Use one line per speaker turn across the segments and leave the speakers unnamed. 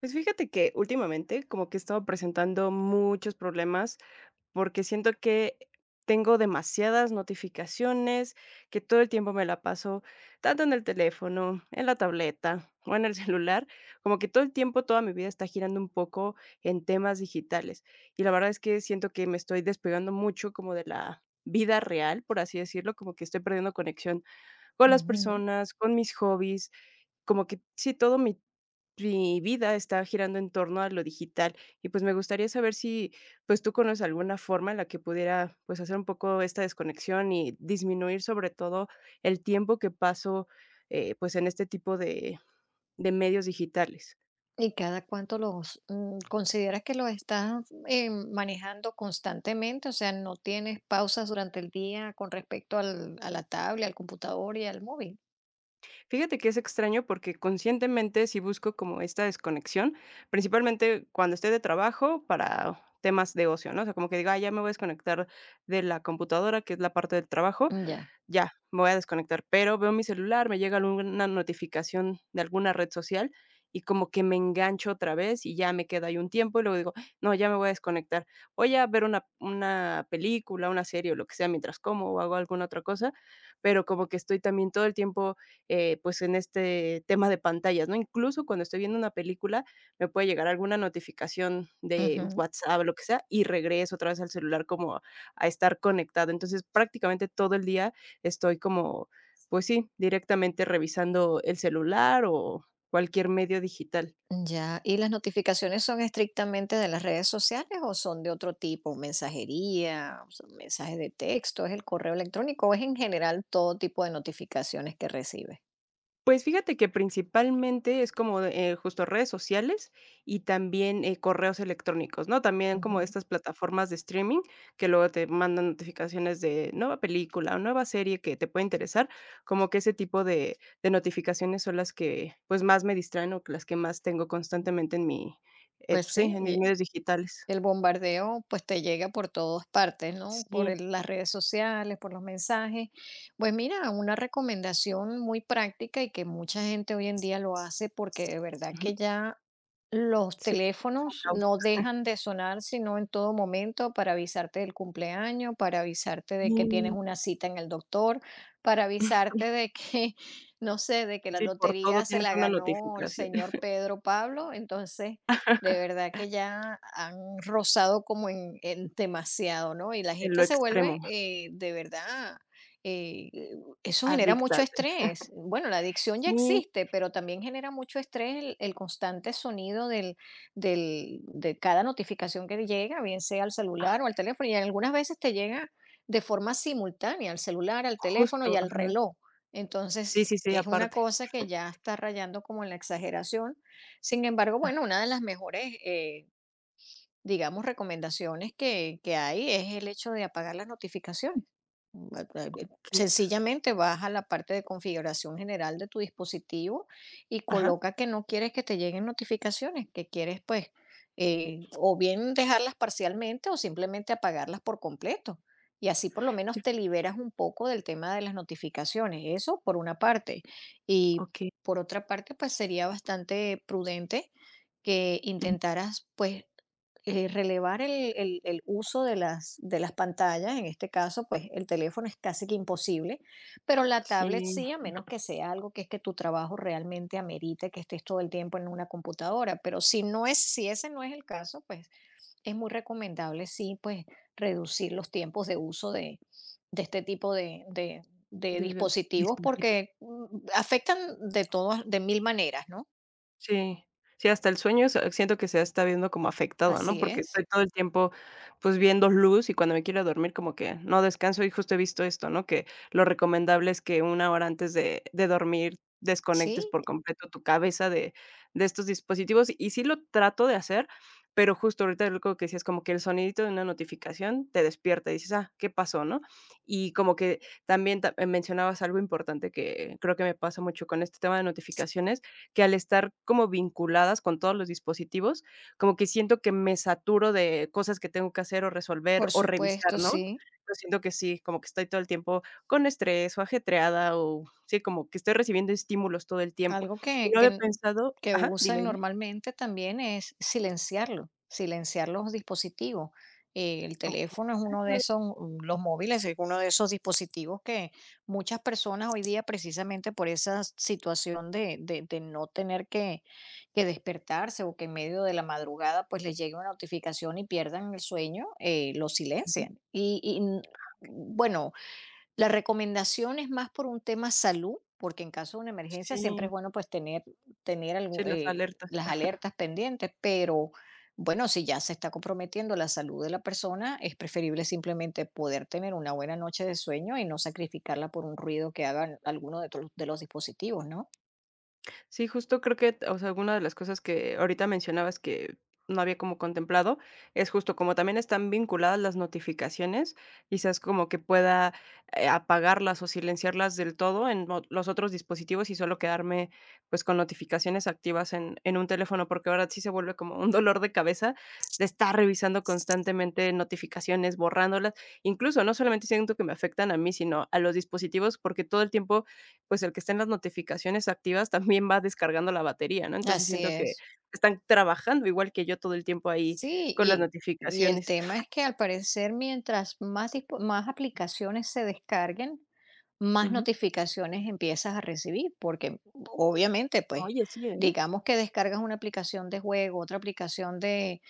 Pues fíjate que últimamente como que he estado presentando muchos problemas porque siento que tengo demasiadas notificaciones, que todo el tiempo me la paso tanto en el teléfono, en la tableta o en el celular, como que todo el tiempo, toda mi vida está girando un poco en temas digitales. Y la verdad es que siento que me estoy despegando mucho como de la vida real, por así decirlo, como que estoy perdiendo conexión con las
Ujú.
personas, con mis hobbies, como que sí, todo mi vida está girando en torno a lo digital y, pues, me gustaría saber si, pues, tú conoces alguna forma en la que pudiera, pues, hacer un poco esta desconexión y disminuir, sobre todo, el tiempo que paso, pues, en este tipo de medios digitales.
¿Y cada cuánto los consideras que los estás manejando constantemente? O sea, ¿no tienes pausas durante el día con respecto a la tablet, al computador y al móvil?
Fíjate que es extraño porque conscientemente si busco como esta desconexión, principalmente cuando estoy de trabajo para temas de ocio, ¿no? O sea, como que digo: "Ay, ya me voy a desconectar de la computadora", que es la parte del trabajo,
Ya.
ya, me voy a desconectar, pero veo mi celular, me llega alguna notificación de alguna red social y como que me engancho otra vez y ya me queda ahí un tiempo y luego digo: "No, ya me voy a desconectar". Voy a ver una película, una serie o lo que sea mientras como o hago alguna otra cosa, pero como que estoy también todo el tiempo, pues, en este tema de pantallas, ¿no? Incluso cuando estoy viendo una película, me puede llegar alguna notificación de
Ujú.
WhatsApp, lo que sea, y regreso otra vez al celular como a estar conectado. Entonces, prácticamente todo el día estoy como, pues sí, directamente revisando el celular o cualquier medio digital.
Ya. ¿Y las notificaciones son estrictamente de las redes sociales o son de otro tipo? ¿Mensajería? ¿Son mensajes de texto? ¿Es el correo electrónico? ¿O es en general todo tipo de notificaciones que recibes?
Pues fíjate que principalmente es como de, justo redes sociales y también correos electrónicos, ¿no? También como
Ujú.
estas plataformas de streaming que luego te mandan notificaciones de nueva película o nueva serie que te puede interesar, como que ese tipo de notificaciones son las que pues más me distraen o que las que más tengo constantemente en mi,
Pues
pues, sí,
sí,
en mis medios digitales.
el bombardeo, pues, te llega por todas partes, ¿no? Por
Sí.
el las redes sociales, por los mensajes. Pues mira, una recomendación muy práctica y que mucha gente hoy en día lo hace porque de verdad que ya los
Sí, es un
teléfonos
caos.
no dejan de sonar, sino en todo momento, para avisarte del cumpleaños, para avisarte de que tienes
Sí,
una cita en el doctor, para avisarte de que, no sé, de que la
sí, por todo
lotería se
tienes
la
una
ganó el
notificación.
señor Pedro Pablo. Entonces, de verdad que ya han rozado como en demasiado, ¿no? Y la
En
gente
lo
se vuelve
extremo,
de verdad, eh, eso genera
adicta.
mucho estrés. Bueno, la adicción ya
Sí,
existe, pero también genera mucho estrés el constante sonido del de cada notificación que llega, bien sea al celular o al teléfono, y algunas veces te llega de forma simultánea al celular, al teléfono y
justo,
al
ajá.
reloj.
Sí,
Entonces,
sí, sí,
es una
aparte.
cosa que ya está rayando como en la exageración. Sin embargo, bueno, una de las mejores, digamos, recomendaciones que hay es el hecho de apagar las notificaciones. Ba- ba- ba-
Aquí
Sencillamente vas a la parte de configuración general de tu dispositivo y
ajá,
coloca que no quieres que te lleguen notificaciones, que quieres, pues, o bien dejarlas parcialmente o simplemente apagarlas por completo. Y así por lo menos
sí,
te liberas un poco del tema de las notificaciones. Eso por una parte. Y
okey.
por otra parte, pues sería bastante prudente que
Ujú.
intentaras, pues, relevar el el uso de las pantallas. En este caso, pues el teléfono es casi que imposible, pero la tablet
Sí,
sí, a menos que sea algo que es que tu trabajo realmente amerite que estés todo el tiempo en una computadora, pero si no es, si ese no es el caso, pues es muy recomendable, sí, pues reducir los tiempos de uso de este tipo de de
de
dispositivos
dispositivos.
porque afectan de todas, de mil maneras, ¿no?
Sí. Sí, hasta el sueño es, siento que se está viendo como afectado, ¿no?
Así
Porque
es.
estoy todo el tiempo, pues, viendo luz y cuando me quiero dormir como que no descanso y justo he visto esto, ¿no? Que lo recomendable es que una hora antes de dormir desconectes
Sí,
por completo tu cabeza de estos dispositivos, y sí lo trato de hacer, pero justo ahorita algo que decías, como que el sonidito de una notificación te despierta y dices: "Ah, ¿qué pasó?", ¿no? Y como que también ta mencionabas algo importante que creo que me pasa mucho con este tema de notificaciones, que al estar como vinculadas con todos los dispositivos, como que siento que me saturo de cosas que tengo que hacer o resolver
por
o
supuesto,
revisar, ¿no?
sí.
Yo siento que sí, como que estoy todo el tiempo con estrés o ajetreada o sí, como que estoy recibiendo estímulos todo el tiempo.
Algo
Y no había pensado,
que
ajá, dime,
usan
dime.
normalmente también es silenciarlo, silenciar los dispositivos. El
Okey.
teléfono es
Ah,
uno de
suena
esos,
bien.
mm, los móviles es uno de esos dispositivos que muchas personas hoy día, precisamente por esa situación de de no tener que despertarse o que en medio de la madrugada pues les llegue una notificación y pierdan el sueño, lo
Ujú.
silencian. Bueno, la recomendación es más por un tema salud, porque en caso de una emergencia siempre es
Sí,
bueno, pues, tener tener
sí,
algu
las alertas.
las alertas pendientes, pero bueno, si ya se está comprometiendo la salud de la persona, es preferible simplemente poder tener una buena noche de sueño y no sacrificarla por un ruido que hagan alguno de tus de los dispositivos, ¿no?
Sí, justo creo que, o sea, alguna de las cosas que ahorita mencionabas que no había como contemplado, es justo como también están vinculadas las notificaciones, quizás como que pueda, apagarlas o silenciarlas del todo en los otros dispositivos y solo quedarme pues con notificaciones activas en un teléfono, porque ahora sí se vuelve como un dolor de cabeza de estar revisando constantemente notificaciones, borrándolas. Incluso no solamente siento que me afectan a mí, sino a los dispositivos, porque todo el tiempo, pues, el que estén las notificaciones activas también va descargando la batería, ¿no? Entonces,
Así
siento que
es.
están trabajando igual que yo todo el tiempo ahí
Sí,
con las
y, y el
notificaciones.
tema es que al parecer mientras más, dispo- más aplicaciones se descarguen, más
Ujú.
notificaciones empiezas a recibir, porque obviamente, pues,
Oye, sí, ¿eh?
digamos que descargas una aplicación de juego, otra aplicación de,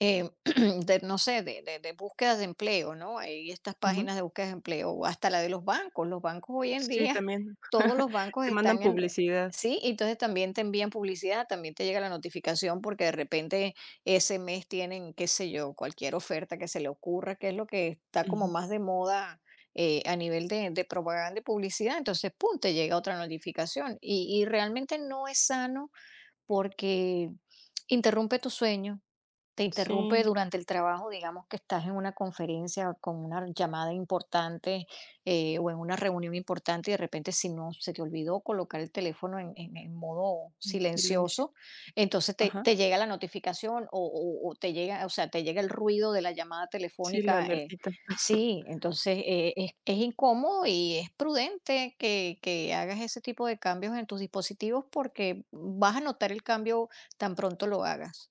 eh, de, no sé, de búsquedas de empleo, ¿no? Hay estas
Ujú.
páginas de búsquedas de empleo, o hasta la de los bancos. Los bancos hoy en
Sí,
día,
también.
todos los bancos
Te mandan
están en... re-
publicidad.
Sí, y entonces también te envían publicidad, también te llega la notificación porque de repente ese mes tienen, qué sé yo, cualquier oferta que se le ocurra, que es lo que está como
Ujú.
más de moda a nivel de propaganda y publicidad. Entonces, pum, te llega otra notificación. Y realmente no es sano porque interrumpe tu sueño, te interrumpe
Sí,
durante el trabajo, digamos que estás en una conferencia con una llamada importante o en una reunión importante y de repente si no se te olvidó colocar el teléfono en, en en modo
en silencio.
silencioso, entonces
Ajá.
te llega la notificación o o te llega, o sea, te llega el ruido de la llamada
Sí, la
telefónica. Eh,
alertita.
sí, entonces es incómodo y es prudente que hagas ese tipo de cambios en tus dispositivos porque vas a notar el cambio tan pronto lo hagas.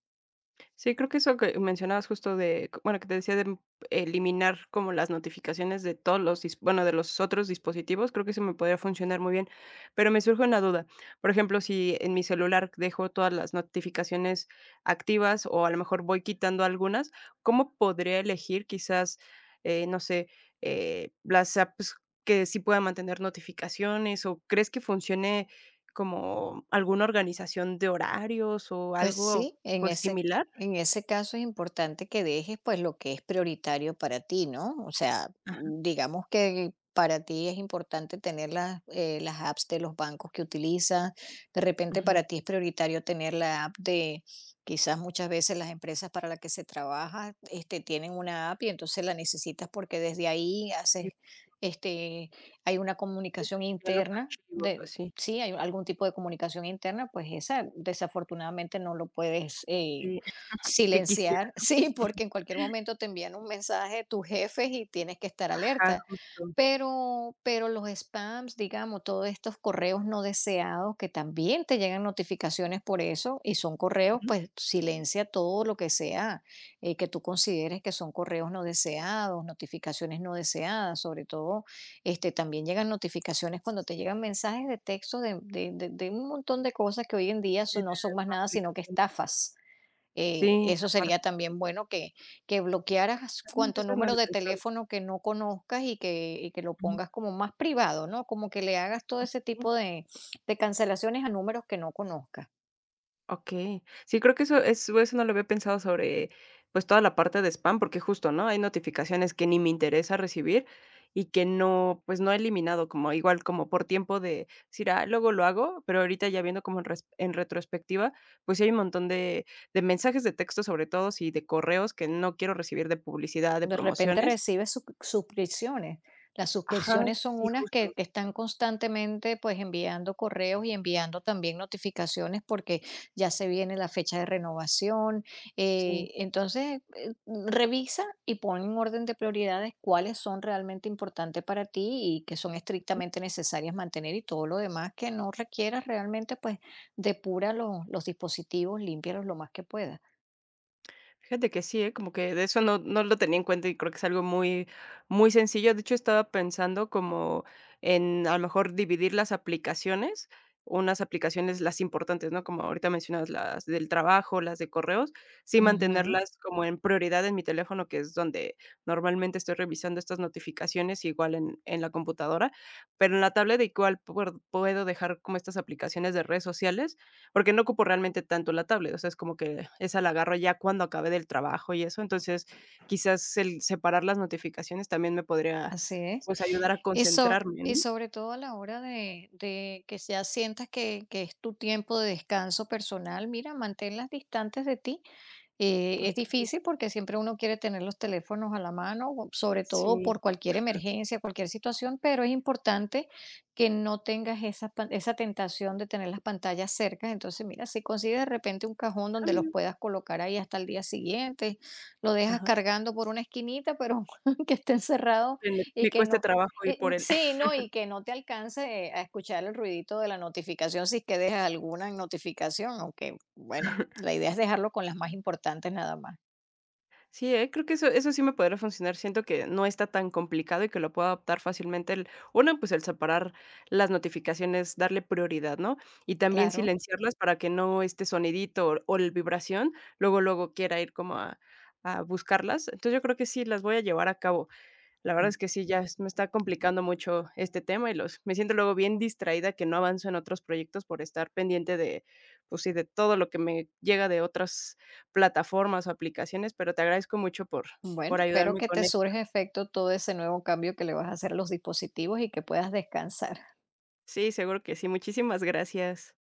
Sí, creo que eso que mencionabas justo de, c bueno, que te decía de eliminar como las notificaciones de todos los dis bueno, de los otros dispositivos, creo que eso me podría funcionar muy bien. Pero me surge una duda, por ejemplo, si en mi celular dejo todas las notificaciones activas o a lo mejor voy quitando algunas, ¿cómo podría elegir quizás, no sé, las apps que sí puedan mantener notificaciones? ¿O crees que funcione como alguna organización de horarios o
Pues
algo,
sí,
pues, similar?
en ese caso es importante que dejes pues lo que es prioritario para ti, ¿no? O sea,
Ajá,
digamos que para ti es importante tener las apps de los bancos que utilizas. De repente
ujú.
para ti es prioritario tener la app de, quizás muchas veces las empresas para las que se trabaja, este, tienen una app y entonces la necesitas porque desde ahí haces,
Sí,
este, hay una
se
comunicación
envían los
interna.
archivos o
De
así.
Sí, hay algún tipo de comunicación interna, pues esa desafortunadamente no lo puedes
Sí, que
silenciar,
quisieran.
sí,
Ujú.
porque en cualquier momento te envían un mensaje de tus jefes y tienes que estar
Ajá,
alerta.
justo.
Pero los spams, digamos, todos estos correos no deseados que también te llegan notificaciones por eso y son correos,
Ujú.
pues silencia todo lo que sea que tú consideres que son correos no deseados, notificaciones no deseadas, sobre todo este, también llegan notificaciones cuando te llegan mensajes de texto de un montón de cosas que hoy en día
Sí,
son- no son
de
más
tu
nada sino que
aplicacioncita.
estafas.
Sí,
Eso
aparte,
sería también bueno que bloquearas
también
cuanto
eso no lo
número
había
de
pensado.
teléfono que no conozcas y que lo
Ujú.
pongas como más privado, ¿no? Como que le hagas todo ese
Sí.
tipo de cancelaciones a números que no conozcas.
Okey. Sí, creo que eso no lo había pensado sobre, pues, toda la parte de spam, porque justo, ¿no? Hay notificaciones que ni me interesa recibir y que no, pues, no he eliminado, como igual, como por tiempo de decir: "Ah, luego lo hago", pero ahorita ya viendo como en res en retrospectiva, pues, sí hay un montón de mensajes de texto, sobre todo, sí, de correos que no quiero recibir de publicidad, de
De repente
promociones.
recibes sub suscripciones. Las
Ajá,
suscripciones son
sí,
unas
justo,
que están constantemente, pues, enviando correos y enviando también notificaciones, porque ya se viene la fecha de renovación.
sí.
Entonces, revisa y pon en orden de prioridades cuáles son realmente importantes para ti y que son estrictamente necesarias mantener, y todo lo demás que no requieras realmente, pues, depura los dispositivos, límpialos lo más que puedas.
Fíjate que sí, ¿eh? Como que de eso no, no lo tenía en cuenta y creo que es algo muy, muy sencillo. De hecho, estaba pensando como en a lo mejor dividir las aplicaciones, unas aplicaciones las importantes, ¿no? Como ahorita mencionas las del trabajo, las de correos, sí
Ujú.
mantenerlas como en prioridad en mi teléfono, que es donde normalmente estoy revisando estas notificaciones, igual en la computadora, pero en la tablet igual puedo dejar como estas aplicaciones de redes sociales porque no ocupo realmente tanto la tablet, o sea, es como que esa la agarro ya cuando acabe del trabajo y eso. Entonces, quizás el separar las notificaciones también me podría,
Así es.
pues, ayudar a
Y, so-
concentrarme,
y
¿no?
sobre todo a la hora de que ya sientas que es tu tiempo de descanso personal, mira, manténlas distantes de ti. Es
Okey.
difícil porque siempre uno quiere tener los teléfonos a la mano, o sobre todo
Sí.
por cualquier emergencia, cualquier situación, pero es importante que no tengas esa, pan- esa tentación de tener las pantallas cerca. Entonces, mira, si consigues de repente un cajón
Ah,
donde los
mira.
puedas colocar ahí hasta el día siguiente, lo dejas
Ajá.
cargando por una esquinita, pero que esté encerrado
Que me
y
me
que
cueste
no.
trabajo ir por el.
Y que no te alcance a escuchar el ruidito de la notificación si es que dejas alguna en notificación, aunque bueno, la idea es dejarlo con las más importantes nada más.
Sí, creo que eso sí me podría funcionar. Siento que no está tan complicado y que lo puedo adaptar fácilmente. El una, pues, el separar las notificaciones, darle prioridad, ¿no? Y también
Claro.
silenciarlas para que no este sonidito o el vibración, luego, luego quiera ir como a buscarlas. Entonces, yo creo que sí las voy a llevar a cabo. La verdad
Mm,
es que sí, ya es me está complicando mucho este tema y los me siento luego bien distraída que no avanzo en otros proyectos por estar pendiente de, pues sí, de todo lo que me llega de otras plataformas o aplicaciones, pero te agradezco mucho
bueno,
por
espero
ayudarme
que te
con esto.
surja efecto todo ese nuevo cambio que le vas a hacer a los dispositivos y que puedas descansar.
Sí, seguro que sí. Muchísimas gracias.